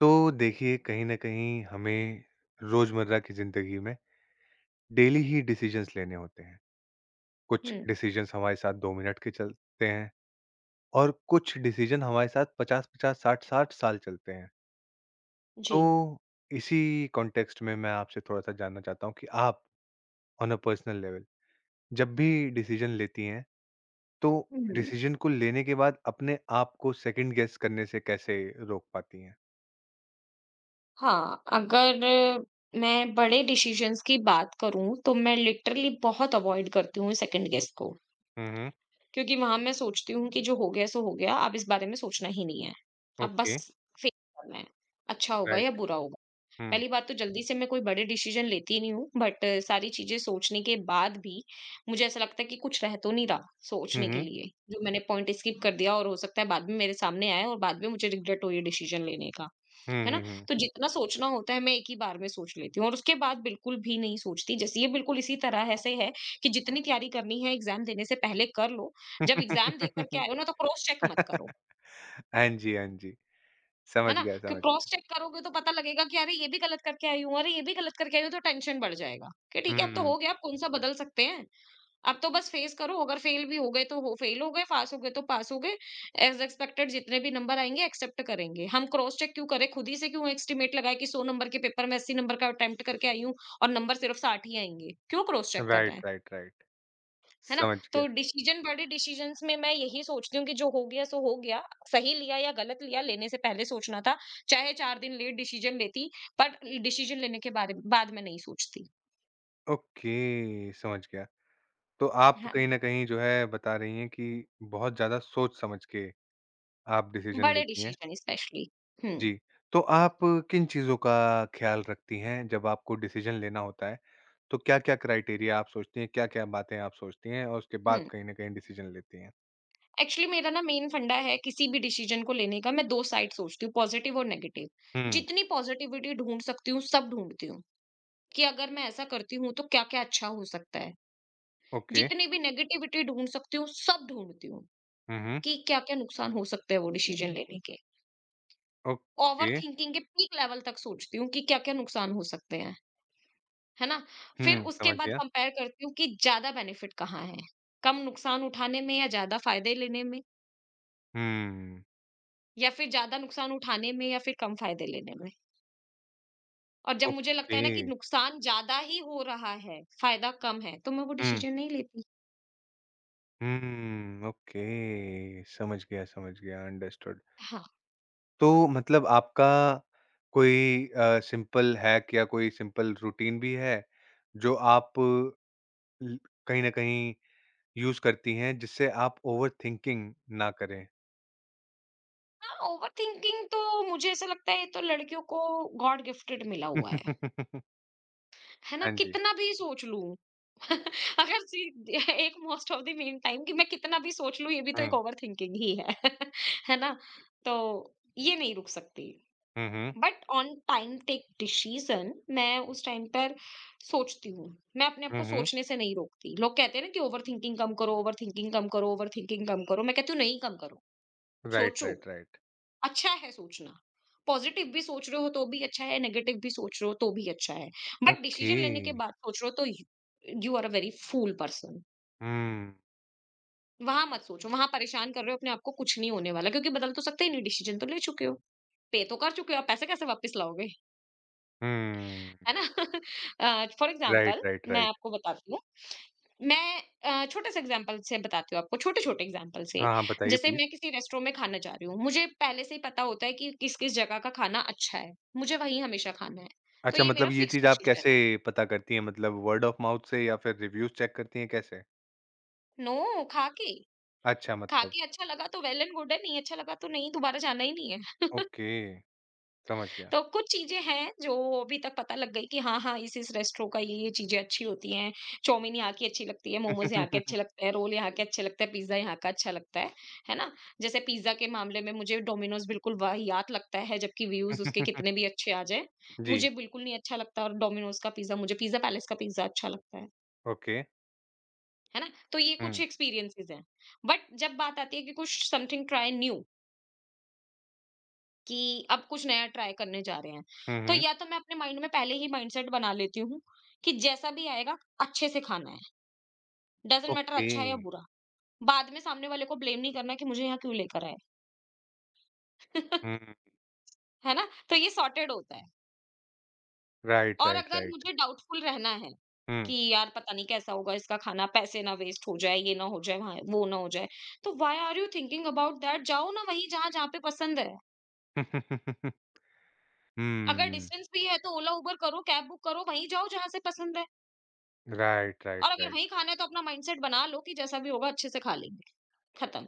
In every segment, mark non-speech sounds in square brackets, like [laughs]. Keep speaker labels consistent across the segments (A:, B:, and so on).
A: तो देखिए कहीं न कहीं हमें रोज़मर्रा की ज़िंदगी में डेली ही डिसिजंस लेने होते हैं। कुछ
B: हुँ,
A: डिसिजंस हमारे साथ 2 मिनट के चलते हैं और कुछ डिसिजन हमारे साथ 50-50, 60-60 साल चलते हैं। तो
B: जी।
A: इसी कॉन्टेक्स्ट में मैं आपसे थोड़ा-सा जानना चाहता हूँ कि आप ऑन अ पर्सनल लेवल जब भी डिसिजन लेती हैं, तो
B: हुँ,
A: डिसिजन को लेने के बाद अपने आप को सेकंड गेस करने से कैसे रोक पाती हैं?
B: हाँ, अगर मैं बड़े डिसीज़न्स की बात करूँ, तो मैं लिटरली बहुत अवॉइड करती हूँ सेकंड गेस को।
A: हुँ, हुँ।
B: क्योंकि वहाँ मैं सोचती हूँ कि जो हो गया सो हो गया, अब इस बारे में सोचना ही नहीं है। अब
A: ओके,
B: बस फेस करना है, अच्छा होगा
A: राइट।
B: या बुरा होगा।
A: हुँ।
B: पहली बात तो जल्दी से मैं कोई बड़े डिसीज़न लेती नहीं हूँ, बट सारी चीज़ें सोचने के बाद भी मुझे ऐसा लगता है कि कुछ रह तो नहीं रहा
A: हुँ,
B: सोचने के
A: हुँ।
B: लिए, जो मैंने पॉइंट स्किप कर दिया और हो सकता है बाद में मेरे सामने आए और बाद में मुझे रिग्रेट हो ये डिसीज़न लेने का।
A: हुँ,
B: है ना?
A: हुँ, हुँ।
B: तो जितना सोचना होता है मैं एक ही बार में सोच लेती हूँ और उसके बाद बिल्कुल भी नहीं सोचती। जैसे ये बिल्कुल इसी तरह से है कि जितनी तैयारी करनी है एग्ज़ाम देने से पहले कर लो। जब एग्ज़ाम दे कर के आए हो
A: [laughs]
B: ना तो क्रॉस चेक मत करो,
A: हाँ जी, हाँ जी।
B: है
A: समझ
B: ना?
A: गया,
B: क्यों
A: समझ
B: क्रॉस
A: गया।
B: चेक करोगे तो पता लगेगा कि अरे ये भी गलत करके आई हूँ, अरे ये भी गलत करके आई हूँ तो टेंशन बढ़ जाएगा। कि ठीक है अब तो
A: हुँ,
B: हो गया, अब कौन-सा बदल सकते हैं? अब तो बस फेस करो, अगर फेल भी हो गए तो हो, फेल हो गए पास हो गए तो पास हो गए। एज एक्सपेक्टेड जितने भी नंबर आएंगे एक्सेप्ट करेंगे। हम क्रॉस चेक क्यों करें, खुद ही से क्यों एस्टिमेट लगाए कि 100 नंबर के पेपर में 80 नंबर का अटेम्प्ट करके आई हूँ और नंबर सिर्फ 60 ही आएंगे, क्यों क्रॉस चेक कर
A: राइट,
B: रहे हैं।
A: Right, right.
B: है ना?
A: समझ गया।
B: तो डिसीजन, बड़े डिसीजंस में मैं यही सोचती हूँ कि जो हो गया सो हो गया। सही लिया या गलत लिया, लेने से पहले सोचना था। चाहे 4 दिन लेट डिसीजन लेती, पर डिसीजन लेने के बारे बाद में नहीं सोचती।
A: ओके, समझ गया। तो आप
B: हाँ,
A: कहीं न कहीं जो है बता रही हैं कि बहुत ज़्यादा सोच-समझ के आप डिसीज़न
B: बड़े
A: लेती हैं।
B: Decision specially. हम्म
A: जी, तो आप किन चीज़ों का ख़्याल रखती हैं जब आपको डिसीज़न लेना होता है? तो क्या-क्या क्राइटेरिया आप सोचती हैं, क्या-क्या बातें आप सोचती हैं और उसके बाद
B: हम्म
A: कहीं न कहीं डिसीज़न लेती हैं?
B: एक्चुअली मेरा ना मेन फंडा है किसी भी डिसीजन को लेने का। मैं दो साइड सोचती हूँ, पॉजिटिव और नेगेटिव।
A: हुँ,
B: जितनी पॉजिटिविटी ढूंढ सकती हूँ सब ढूंढती हूँ कि अगर मैं ऐसा करती हूँ तो क्या क्या अच्छा हो सकता है।
A: ओके।
B: जितनी भी नेगेटिविटी ढूंढ सकती हूँ सब ढूंढती हूँ
A: हुँ, हुँ।
B: कि क्या क्या नुकसान हो सकते हैं वो डिसीजन लेने के।
A: ओके।
B: ओवर थिंकिंग के पीक लेवल तक सोचती हूँ कि क्या क्या नुकसान हो सकते हैं। है ना? फिर
A: हुँ,
B: उसके
A: समझ
B: बाद
A: गया।
B: कंपेयर करती हूँ कि ज्यादा बेनिफिट कहाँ है, कम नुकसान उठाने में या ज्यादा फायदे लेने में,
A: हुँ,
B: या फिर ज्यादा नुकसान उठाने में या फिर कम फायदे लेने में। और जब मुझे लगता
A: ओके।
B: है ना कि नुकसान ज़्यादा ही हो रहा है, फायदा कम है, तो मैं वो
A: हुँ,
B: डिसीज़न नहीं लेती।
A: हुँ, ओके, समझ गया, अंडरस्टूड।
B: हाँ।
A: तो मतलब आपका कोई सिंपल हैक या कोई सिंपल रूटीन भी है, जो आप ल कहीं न कहीं यूज़ करती हैं, जिससे आप ओवरथिंकिंग ना करें?
B: हाँ, ओवरथिंकिंग तो मुझे ऐसा लगता है ये तो लड़कियों को गॉड गिफ्टेड मिला हुआ
A: [laughs]
B: है ना?
A: हाँ जी।
B: कितना भी सोच लूँ, [laughs] अगर सी एक most of the main time कि मैं कितना भी सोच लूँ, ये भी तो एक
A: हुँ,
B: ओवरथिंकिंग ही है। [laughs] है ना? तो ये नहीं रुक सकती।
A: हुँ, हुँ,
B: but on time take decision मैं उस टाइम पर सोचती हूँ। मैं अपने आप
A: हुँ,
B: को
A: हुँ।
B: सोचने से नहीं रोकती। लोग कहते हैं ना कि ओवर थिंकिंग कम करो ओवर थिंकिंग कम करो ओवर थिंकिंग कम करो। मैं कहती हूँ, नहीं कम करो।
A: राइट,
B: सोचो,
A: राइट, राइट।
B: अच्छा है सोचना। पॉजिटिव भी सोच रहे हो तो भी अच्छा है, नेगेटिव भी सोच रहे हो तो भी अच्छा है, बट
A: ओके।
B: डिसीजन लेने के बाद सोच रहे हो तो you are a very fool person.
A: हुँ,
B: वहां मत सोचो, वहां परेशान कर रहे हो अपने आप को, कुछ नहीं होने वाला क्योंकि बदल तो सकते ही नहीं, डिसीजन तो ले चुके हो, पे तो कर चुके हो आप, पैसे कैसे वापस लाओगे?
A: हुँ।
B: है ना? [laughs] फॉर
A: राइट,
B: एग्ज़ाम्पल
A: राइट,
B: मैं
A: राइट।
B: आपको बताती हूँ। मैं छोटे से एग्ज़ाम्पल से बताती हूँ आपको, छोटे-छोटे एग्ज़ाम्पल से।
A: हाँ, हाँ, बताइए
B: जैसे
A: प्लीज़।
B: मैं किसी रेस्टोरेंट में खाना जा रही हूँ, मुझे पहले से ही पता होता है कि किस-किस जगह का खाना अच्छा है, मुझे वहीं हमेशा खाना है। तो
A: अच्छा
B: ये मेरा
A: मतलब ये
B: फिक्स्ड
A: चीज़ आप
B: डिसीज़न
A: कैसे
B: है।
A: पता करती हैं? मतलब वर्ड ऑफ माउथ से या फिर रिव्यूज़ चेक करती हैं, कैसे?
B: नो,
A: अच्छा
B: खा
A: मतलब
B: के अच्छा लगा तो वेल एंड गुड है, नहीं अच्छा लगा तो नहीं, दोबारा जाना ही नहीं है।
A: ओके, समझ गया।
B: तो कुछ चीजें हैं जो अभी तक पता लग गई कि हाँ हाँ इस रेस्टोरेंट का ये चीजें अच्छी होती हैं। चाउमीन यहाँ की अच्छी लगती है, मोमोज यहाँ के
A: [laughs]
B: अच्छे लगते हैं, रोल यहाँ के अच्छे लगते हैं, पिज्जा यहाँ का अच्छा लगता है। है ना? जैसे पिज्जा के मामले में मुझे डोमिनोज बिल्कुल वाहियात लगता है, जबकि व्यूज उसके कितने भी अच्छे आ जाए
A: जी,
B: मुझे बिल्कुल नहीं अच्छा लगता। और डोमिनोज का पिज्जा, मुझे पिज्जा पैलेस का पिज्जा अच्छा लगता है।
A: ओके।
B: है ना? तो ये
A: हुँ,
B: कुछ एक्सपीरियंसेस हैं। बट जब बात आती है कि कुछ समथिंग ट्राई न्यू, कि अब कुछ नया ट्राई करने जा रहे हैं।
A: हुँ,
B: तो
A: हुँ।
B: या तो मैं अपने माइंड में पहले ही माइंडसेट बना लेती हूँ कि जैसा भी आएगा अच्छे से खाना है, डज़न्ट मैटर
A: ओके।
B: अच्छा है या बुरा। बाद में सामने वाले को ब्लेम नहीं करना कि मुझे यहाँ क्यों लेकर आए। [laughs]
A: हुँ,
B: है ना? तो ये सॉर्टेड होता है।
A: राइट,
B: और
A: राइट,
B: अगर
A: राइट।
B: मुझे डाउटफुल रहना है
A: हुँ।
B: कि यार पता नहीं कैसा होगा इसका खाना, पैसे ना वेस्ट हो जाए, ये ना हो जाए, वहाँ वो ना हो जाए। तो why are you thinking about that? जाओ ना वहीं जहाँ, पे पसंद है।
A: हुँ, [laughs]
B: अगर डिस्टेंस भी है तो ओला, उबर करो, कैब बुक करो, वहीं जाओ जहाँ से पसंद है।
A: राइट, राइट,
B: और अगर
A: राइट।
B: वहीं
A: [laughs]
B: खाना है तो अपना माइंडसेट बना लो कि जैसा भी होगा अच्छे से खा लेंगे, खत्म।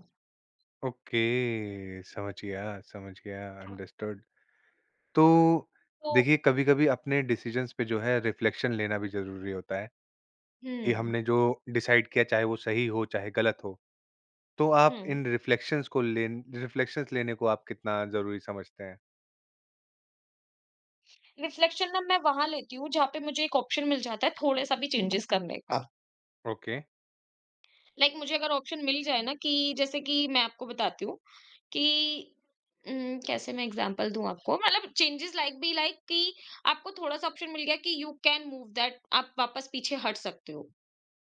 A: ओके, समझ गया,
B: हाँ।
A: अंडरस्टूड। तो
B: तो
A: देखिए, कभी-कभी अपने डिसिजंस पे जो है रिफ्लेक्शन लेना भी ज़रूरी होता है। कि
B: हुँ,
A: हमने जो डिसाइड किया चाहे वो सही हो चाहे गलत हो। तो
B: हुँ।
A: आप इन रिफ्लेक्शंस को लेन रिफ्लेक्शंस लेने को आप कितना ज़रूरी समझते हैं?
B: रिफ्लेक्शन ना मैं वहाँ लेती हूँ जहाँ पे मुझे एक ऑप्शन मिल जाता है थोड़ा-सा भी चेंजेस करने का। हाँ।
A: ओके,
B: लाइक, मुझे अगर ऑप्शन मिल जाए ना कि जैसे कि मैं आपको बताती हूँ कि कैसे मैं एग्ज़ाम्पल दूँ आपको? मतलब चेंजेस लाइक भी लाइक कि आपको थोड़ा-सा ऑप्शन मिल गया कि यू कैन मूव दैट, आप वापस पीछे हट सकते हो।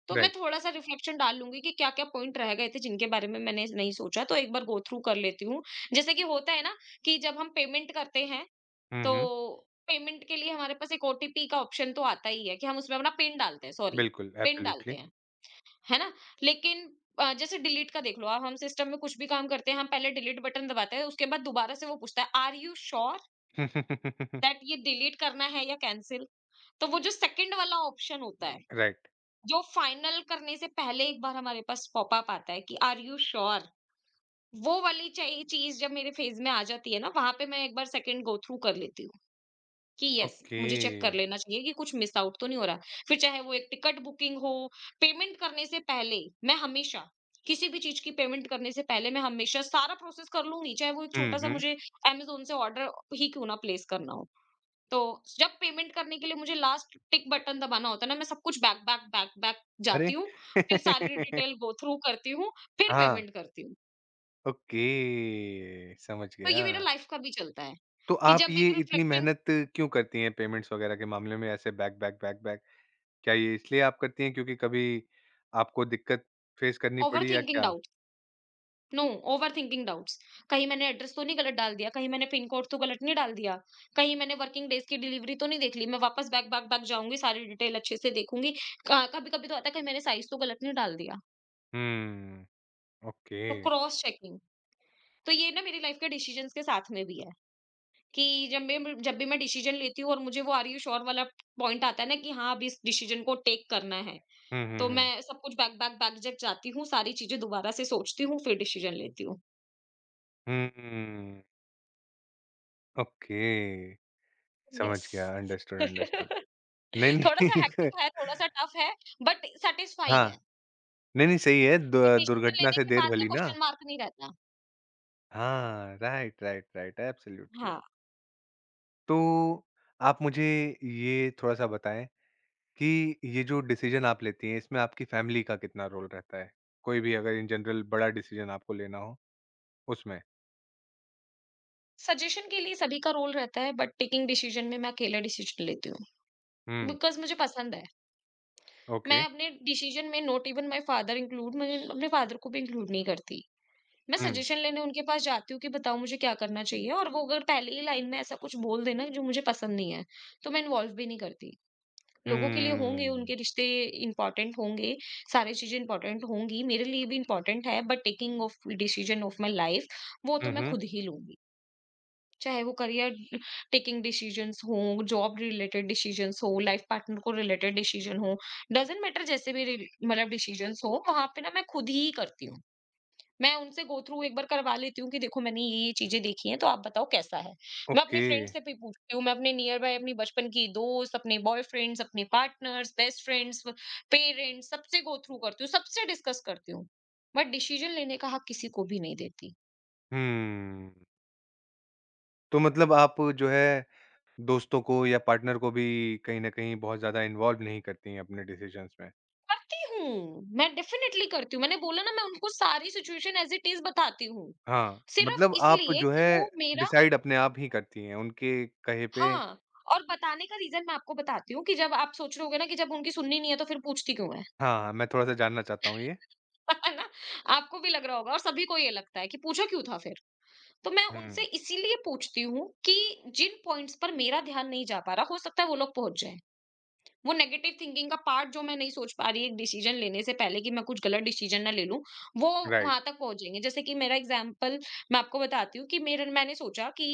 B: तो मैं
A: राइट।
B: थोड़ा-सा रिफ्लेक्शन डाल लूँगी कि क्या-क्या पॉइंट रह गए थे जिनके बारे में मैंने नहीं सोचा, तो एक बार गो थ्रू कर लेती हूँ। जैसे कि होता है ना कि जब हम पेमेंट करते हैं,
A: हुँ, हुँ।
B: तो पेमेंट के लिए हमारे पास एक ओटीपी का ऑप्शन तो आता ही है, कि हम उसमें अपना पिन डालते हैं, सॉरी,
A: बिल्कुल,
B: पिन डालते
A: एब्सोल्युटली।
B: हैं, है ना? लेकिन जैसे डिलीट का देख लो, अब हम सिस्टम में कुछ भी काम करते हैं, हम पहले डिलीट बटन दबाते हैं, उसके बाद दोबारा से वो पूछता है, आर यू श्योर दैट
A: [laughs]
B: ये डिलीट करना है या कैंसल? तो वो जो सेकंड वाला ऑप्शन होता है
A: राइट,
B: जो फाइनल करने से पहले एक बार हमारे पास पॉपअप आता है कि आर यू श्योर, वो वाली चाहिए चीज जब मेरे फेज में आ जाती है ना, वहां पे मैं एक बार सेकंड गो थ्रू कर लेती हूँ कि यस
A: ओके।
B: मुझे चेक कर लेना चाहिए कि कुछ मिस आउट तो नहीं हो रहा। फिर चाहे वो एक टिकट बुकिंग हो, पेमेंट करने से पहले मैं हमेशा, किसी भी चीज की पेमेंट करने से पहले मैं हमेशा सारा प्रोसेस कर लूंगी, चाहे वो एक
A: हुँ,
B: छोटा सा
A: हुँ।
B: मुझे अमेजोन से ऑर्डर ही क्यों ना प्लेस करना हो। तो जब पेमेंट करने के लिए मुझे लास्ट टिक बटन दबाना होता है ना, मैं सब कुछ बैक, बैक, बैक, बैक जाती
A: अरे!
B: हूँ, फिर सारी
A: [laughs]
B: डिटेल गो थ्रू करती हूँ, फिर
A: हाँ,
B: पेमेंट करती हूँ।
A: ओके, समझ
B: तो
A: गया।
B: ये मेरा लाइफ का भी चलता है,
A: तो
B: कि
A: आप
B: जब
A: ये
B: एक
A: इतनी
B: रिफ्लेक्शन
A: मेहनत क्यों करती हैं पेमेंट्स वगैरह के मामले में ऐसे बैक, बैक, बैक, बैक? क्या ये इसलिए आप करती हैं क्योंकि कभी आपको दिक्कत फेस करनी पड़ी या
B: ओवरथिंकिंग
A: क्या?
B: डाउट, नो, ओवरथिंकिंग डाउट्स, कहीं मैंने एड्रेस तो नहीं गलत डाल दिया, कहीं मैंने पिन कोड तो गलत नहीं डाल दिया, कहीं मैंने वर्किंग डेज की डिलीवरी तो नहीं देख ली, मैं वापस बैक, बैक, बैक जाऊँगी, सारी डिटेल अच्छे से देखूँगी। क कभी-कभी तो आता है कहीं मैंने साइज़ तो गलत नहीं डाल दिया,
A: हुँ। ओके
B: तो क्रॉस चेकिंग। तो ये ना मेरी लाइफ के डिसीजंस के साथ में भी है। कि जब भी मैं डिसीजन लेती हूँ और मुझे वो आर यू श्योर वाला पॉइंट आता है ना कि हाँ अब इस डिसीजन को टेक करना है,
A: हुँ, हुँ,
B: तो
A: हुँ।
B: मैं सब कुछ बैक बैक बैक जब जाती हूँ, सारी चीजें दोबारा से सोचती हूँ फिर डिसीजन लेती हूँ।
A: हुँ, ओके समझ
B: यस।
A: गया अंडरस्टूड, अंडरस्टूड।
B: [laughs]
A: नहीं,
B: थोड़ा सा
A: नहीं
B: हेक्टिक [laughs] है,
A: [laughs]
B: थोड़ा सा टफ है, बट सेटिस्फाइंग
A: हाँ,
B: है
A: नहीं, नहीं सही है दु
B: कि डिसीजन
A: दुर्घटना
B: लेने
A: से
B: के
A: देर
B: बाद
A: भली
B: ना
A: ना।
B: क्वेश्चन मार्क नहीं रहता।
A: हाँ, राइट, राइट, राइट एब्सोल्यूटली।
B: हाँ।
A: तो आप मुझे ये थोड़ा-सा बताएँ कि ये जो डिसीज़न आप लेती हैं इसमें आपकी फैमिली का कितना रोल रहता है? कोई भी अगर इन जनरल बड़ा डिसीज़न आपको लेना हो उसमें?
B: सजेशन के लिए सभी का रोल रहता है, बट टेकिंग डिसीजन में मैं अकेला डिसीजन लेती हूँ।
A: हुँ,
B: बिकॉज मुझे पसंद है। मैं
A: ओके।
B: अपने डिसीजन में not even my father include, मैं अपने फादर को भी इंक्लूड नहीं करती। मैं
A: हुँ,
B: सजेशन लेने उनके पास जाती हूँ कि बताओ मुझे क्या करना चाहिए, और वो अगर पहले ही लाइन में ऐसा कुछ बोल देना जो मुझे पसंद नहीं है, तो मैं इन्वॉल्व भी नहीं करती। लोगों के लिए होंगे,
A: हुँ।
B: उनके रिश्ते इम्पोर्टेंट होंगे, सारी चीज़ें इम्पोर्टेंट होंगी, मेरे लिए भी इम्पोर्टेंट है, but taking of decision of my life वो तो
A: हुँ,
B: मैं
A: हुँ,
B: खुद ही लूँगी। चाहे वो करियर टेकिंग डिसीजंस हों, जॉब रिलेटेड डिसीजंस हों, लाइफ पार्टनर को रिलेटेड डिसीजन हो, डजंट मैटर जैसे भी रिल मतलब डिसीजंस हो, वहाँ पे ना मैं खुद ही करती हूँ। मैं उनसे गो थ्रू एक बार करवा लेती हूँ कि देखो मैंने ये-ये चीज़ें देखी हैं, तो आप बताओ कैसा है? मैं अपने
A: ओके।
B: फ्रेंड से भी पूछती हूँ, मैं अपने नियर बाय अपनी बचपन की दोस्त, अपने बॉयफ्रेंड्स, अपने पार्टनर्स, बेस्ट फ्रेंड्स, पेरेंट्स सबसे गो थ्रू करती हूँ, सबसे डिस्कस करती हूँ। बट डिसीजन लेने का हक किसी को भी नहीं देती।
A: हुँ। तो मतलब आप जो है दोस्तों को या पार्टनर को भी कहीं न कहीं बहुत ज़्यादा इन्वॉल्व नहीं करती हैं अपने डिसिज़न्स में?
B: करती हूँ, मैं डेफ़िनेटली करती हूँ। मैंने बोला ना मैं उनको सारी सिचुएशन एज़ इट इज़ बताती हूँ।
A: हाँ,
B: सिर्फ़
A: मतलब आप
B: इसलिए
A: जो
B: कि
A: है
B: वो मेरा
A: डिसाइड अपने आप ही करती हैं उनके कहे पे
B: हाँ, और बताने का रीज़न मैं आपको बताती हूँ कि जब आप सोच रहे होगे ना कि जब उनकी सुननी नहीं है तो फिर पूछती क्यों है?
A: हाँ, हाँ, मैं थोड़ा-सा जानना चाहता हूँ ये।
B: [laughs] है ना? आपको भी लग रहा होगा और सभी को ये लगता है कि पूछा क्यों था फिर? तो मैं उनसे
A: हुँ,
B: इसीलिए पूछती हूँ कि जिन पॉइंट्स पर मेरा ध्यान नहीं जा पा रहा, हो सकता है वो लोग पहुँच जाएँ। वो नेगेटिव थिंकिंग का पार्ट जो मैं नहीं सोच पा रही एक डिसीजन लेने से पहले कि मैं कुछ गलत डिसीजन ना ले लूं वो
A: राइट।
B: वहां तक पहुंच जाएंगे। जैसे कि मेरा एग्जाम्पल मैं आपको बताती हूँ कि मेरे मैंने सोचा कि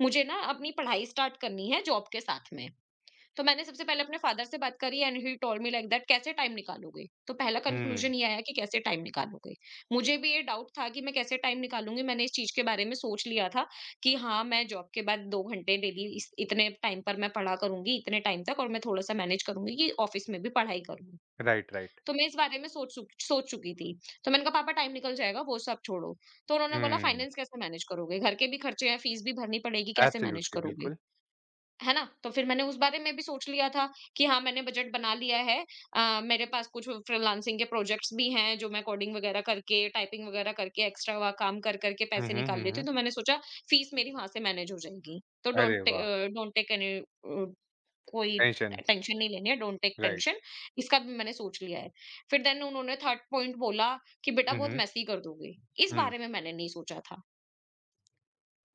B: मुझे ना अपनी पढ़ाई स्टार्ट करनी है जॉब के साथ में। तो मैंने सबसे पहले अपने फादर से बात करी and he told me like that कैसे टाइम निकालोगे? तो पहला
A: हुँ,
B: कंक्लूजन ये आया कि कैसे टाइम निकालोगे? मुझे भी ये डाउट था कि मैं कैसे टाइम निकालूँगी? मैंने इस चीज़ के बारे में सोच लिया था कि हाँ, मैं जॉब के बाद 2 घंटे डेली इस इतने टाइम पर मैं पढ़ा करूँगी, इतने टाइम तक, और मैं थोड़ा-सा मैनेज करूँगी कि ऑफिस में भी पढ़ाई करूँ।
A: Right, right.
B: तो मैं इस बारे में सोच चुकी थी। तो मैंने कहा, "पापा टाइम निकल जाएगा, वो सब छोड़ो।" तो उन्होंने बोला,
A: हुँ,
B: "फाइनेंस कैसे मैनेज करोगे? घर के भी खर्चे हैं, फीस भी भरनी पड़ेगी, कैसे मैनेज
A: एब्सोल्युटली,
B: करोगे?"
A: बिल्कुल।
B: है ना? तो फिर मैंने उस बारे में भी सोच लिया था कि हाँ, मैंने बजट बना लिया है। मेरे पास कुछ फ्रीलांसिंग के प्रोजेक्ट्स भी हैं जो मैं कोडिंग वगैरह करके, टाइपिंग वगैरह करके, एक्स्ट्रा व काम कर कर के
A: हुँ,
B: पैसे
A: हुँ,
B: निकाल
A: हुँ,
B: लेती
A: हुँ।
B: हूँ। तो मैंने सोचा फीस मेरी वहाँ से मैनेज हो जाएगी। तो
A: अरे
B: डोंट टे
A: वाह!
B: अ, डोंट टेक एनी कोई
A: टेंशन,
B: टेंशन नहीं लेनी है, डोंट टेक
A: राइट।
B: टेंशन। इसका भी मैंने सोच लिया है। फिर देन उन्होंने थर्ड पॉइंट बोला कि बेटा
A: हुँ,
B: बहुत
A: हुँ,
B: मेसी कर दोगे। इस बारे में मैंने नहीं सोचा था।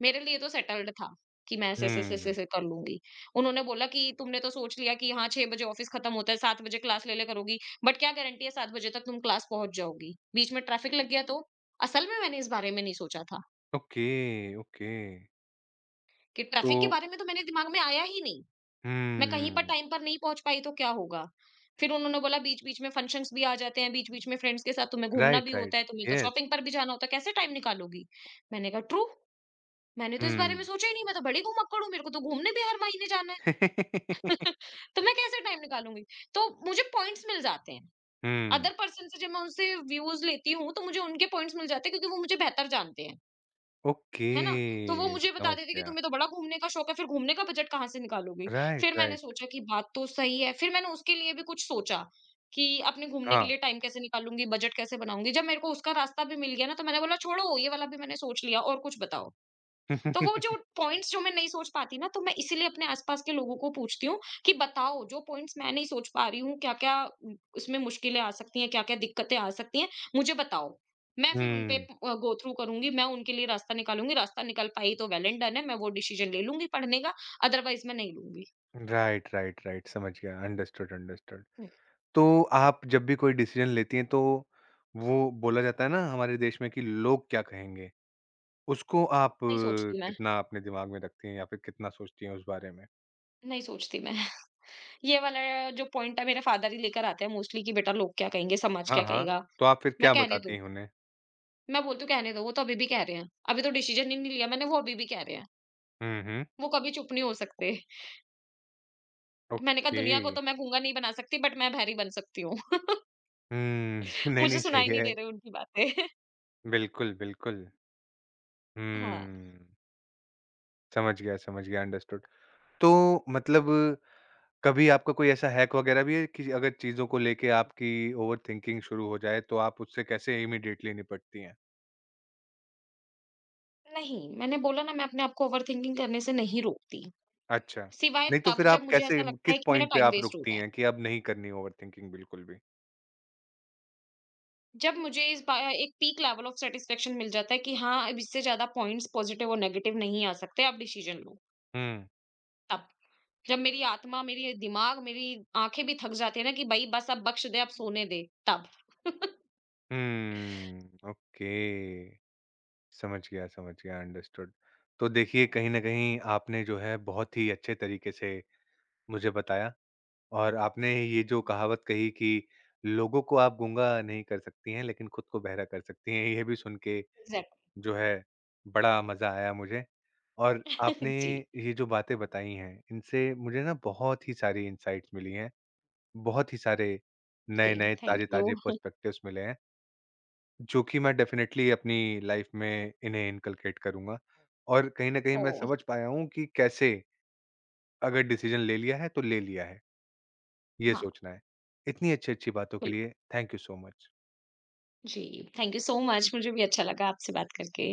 B: मेरे लिए तो सेटल्ड था कि मैं ऐसे ऐसे ऐसे
A: हुँ,
B: ऐसे
A: हुँ।
B: ऐसे कर लूंगी। उन्होंने बोला कि तुमने तो सोच लिया कि हाँ 6 बजे ऑफिस खत्म होता है, 7 बजे क्लास ले ले करोगी, बट क्या गारंटी है 7 बजे तक तुम क्लास पहुंच जाओगी, बीच में ट्रैफिक लग गया तो? असल में मैंने इस बारे में नहीं सोचा था
A: ओके, ओके।
B: कि
A: तो
B: ट्रैफिक के बारे में, तो मैंने दिमाग में आया ही नहीं। मैं कहीं पर
A: हुँ,
B: टाइम पर नहीं पहुंच पाई तो क्या होगा? फिर उन्होंने बोला बीच बीच में फंक्शंस भी आ जाते हैं, बीच बीच में फ्रेंड्स के साथ तुम्हें घूमना भी
A: राइट, राइट।
B: होता है, तुम्हें तो
A: येस।
B: शॉपिंग पर भी जाना होता है, कैसे टाइम निकालोगी? मैंने कहा ट्रू, मैंने तो इस बारे
A: हुँ।
B: में सोचा ही नहीं। मैं तो बड़ी घुमक्कड़ हूँ, मेरे को तो घूमने भी हर महीने जाना है।
A: [laughs]
B: तो मैं कैसे टाइम निकालूंगी? तो मुझे पॉइंट्स मिल जाते हैं।
A: हुँ,
B: अदर पर्सन से जब मैं उनसे व्यूज़ लेती हूँ, तो मुझे उनके पॉइंट्स मिल जाते हैं क्योंकि वो मुझे बेहतर जानते हैं, है ना? तो वो
A: ओके,
B: मुझे बता
A: समझ
B: देते हैं कि
A: गया।
B: तुम्हें तो बड़ा घूमने का शौक है, फिर घूमने का बजट कहाँ से निकालोगी?
A: राइट,
B: फिर मैंने
A: राइट,
B: सोचा कि बात तो सही है, फिर मैंने उसके लिए भी कुछ सोचा कि अपने घूमने के
A: हाँ।
B: लिए टाइम कैसे निकालूंगी, बजट कैसे बनाऊंगी। जब मेरे को उसका रास्ता भी मिल गया ना, तो मैंने बोला छोड़ो ये वाला भी मैंने सोच लिया, और कुछ बताओ। तो वो जो
A: [laughs]
B: पॉइंट्स जो मैं नहीं सोच पाती ना, तो मैं इसीलिए अपने आसपास के लोगों को पूछती हूँ कि बताओ जो पॉइंट्स मैं नहीं सोच पा रही हूँ, क्या-क्या उ उसमें मुश्किलें आ सकती हैं, क्या-क्या दिक्कतें आ सकती हैं, मुझे बताओ। मैं फिर उन पे
A: हुँ,
B: गो थ्रू करूँगी, मैं उनके लिए रास्ता निकालूँगी, रास्ता निकल पाई तो वेल एंड डन है, मैं वो डिसीजन ले लूँगी पढ़ने का, अदरवाइज़ मैं नहीं लूँगी।
A: राइट, राइट, राइट, समझ गया, अंडरस्टूड, अंडरस्टूड।
B: हुँ।
A: तो आप जब भी कोई डिसीज़न लेती हैं, तो वो बोला जाता है ना हमारे देश में कि लोग क्या कहेंगे, उसको आप
B: नहीं सोचती मैं,
A: कितना अपने दिमाग में रखती हैं या फिर कितना सोचती हैं उस बारे में?
B: नहीं सोचती मैं। [laughs] ये वाला जो पॉइंट है मेरे फादर ही लेकर आते हैं मोस्टली कि बेटा लोग क्या कहेंगे, समाज
A: हाँ,
B: क्या
A: हाँ,
B: कहेगा?
A: तो आप फिर
B: मैं
A: क्या
B: कहने
A: बताती
B: दो।
A: हैं उन्हें?
B: मैं बोलती हूँ कहने दो, वो तो अभी भी कह रहे हैं। अभी तो डिसीजन ही नहीं लिया मैंने, वो अभी भी कह रहे हैं।
A: हुँ, हुँ,
B: वो कभी चुप नहीं हो सकते। [laughs] मैंने कहा
A: ओके।
B: दुनिया को तो मैं गूंगा नहीं बना सकती बट मैं बहरी बन सकती हूँ।
A: हुँ,
B: [laughs]
A: [laughs] नहीं,
B: मुझे
A: नहीं,
B: सुनाई
A: सही
B: नहीं
A: है।
B: दे रही उनकी बातें। [laughs]
A: बिल्कुल, बिल्कुल। हुँ,
B: हाँ,
A: समझ गया, अंडरस्टूड। तो मतलब कभी आपका कोई ऐसा हैक वगैरह भी है कि अगर चीज़ों को लेके आपकी ओवरथिंकिंग शुरू हो जाए, तो आप उससे कैसे इमीडिएटली निपटती हैं?
B: नहीं मैंने बोला ना मैं अपने आप को ओवरथिंकिंग करने से नहीं रोकती।
A: अच्छा,
B: सिवाय
A: नहीं तो
B: तब
A: फिर
B: जब
A: आप
B: मुझे
A: कैसे
B: ऐसा लगता है
A: किस
B: कि मेरा
A: पॉइंट पे
B: टाइम
A: आप
B: वेस्ट हो
A: रुकती
B: रहा है।
A: हैं कि अब नहीं करनी ओवरथिंकिंग बिल्कुल भी?
B: जब मुझे इस बा एक पीक लेवल ऑफ सैटिस्फैक्शन मिल जाता है कि हाँ, अब इससे ज़्यादा पॉइंट्स पॉज़िटिव और नेगेटिव नहीं आ सकते, आप डिसीजन लो,
A: हुँ,
B: तब। जब मेरी आत्मा, मेरी दिमाग, मेरी आँखें भी थक जाती है ना कि भई बस अब बख्श दे, अब सोने दे, तब।
A: हुँ, ओके, समझ गया, अंडरस्टूड। तो देखिए, कहीं न कहीं आपने जो है बहुत ही अच्छे तरीके से मुझे बताया और आपने ये जो कहावत कही कि लोगों को आप गूँगा नहीं कर सकती हैं, लेकिन खुद को बहरा कर सकती हैं, ये भी सुन के
B: एग्ज़ैक्ट।
A: जो है बड़ा मज़ा आया मुझे। और आपने
B: [laughs] जी,
A: ये जो बातें बताई हैं, इनसे मुझे ना बहुत ही सारी इनसाइट्स मिली हैं, बहुत ही सारे
B: जी,
A: नए-नए,
B: थैंक यू।
A: ताज़े-ताज़े पर्सपेक्टिव्स मिले हैं, जो कि मैं डेफ़िनेटली अपनी लाइफ़ में इन्हें इनकलकेट करूँगा। और कहीं न कहीं मैं
B: ओह!
A: समझ पाया हूँ कि कैसे अगर डिसीज़न ले लिया है, तो ले लिया है। ये
B: हाँ,
A: सोचना है। इतनी अच्छी-अच्छी बातों के
B: बिल्कुल।
A: लिए थैंक यू सो मच।
B: जी, थैंक यू सो मच, मुझे भी अच्छा लगा आपसे बात करके।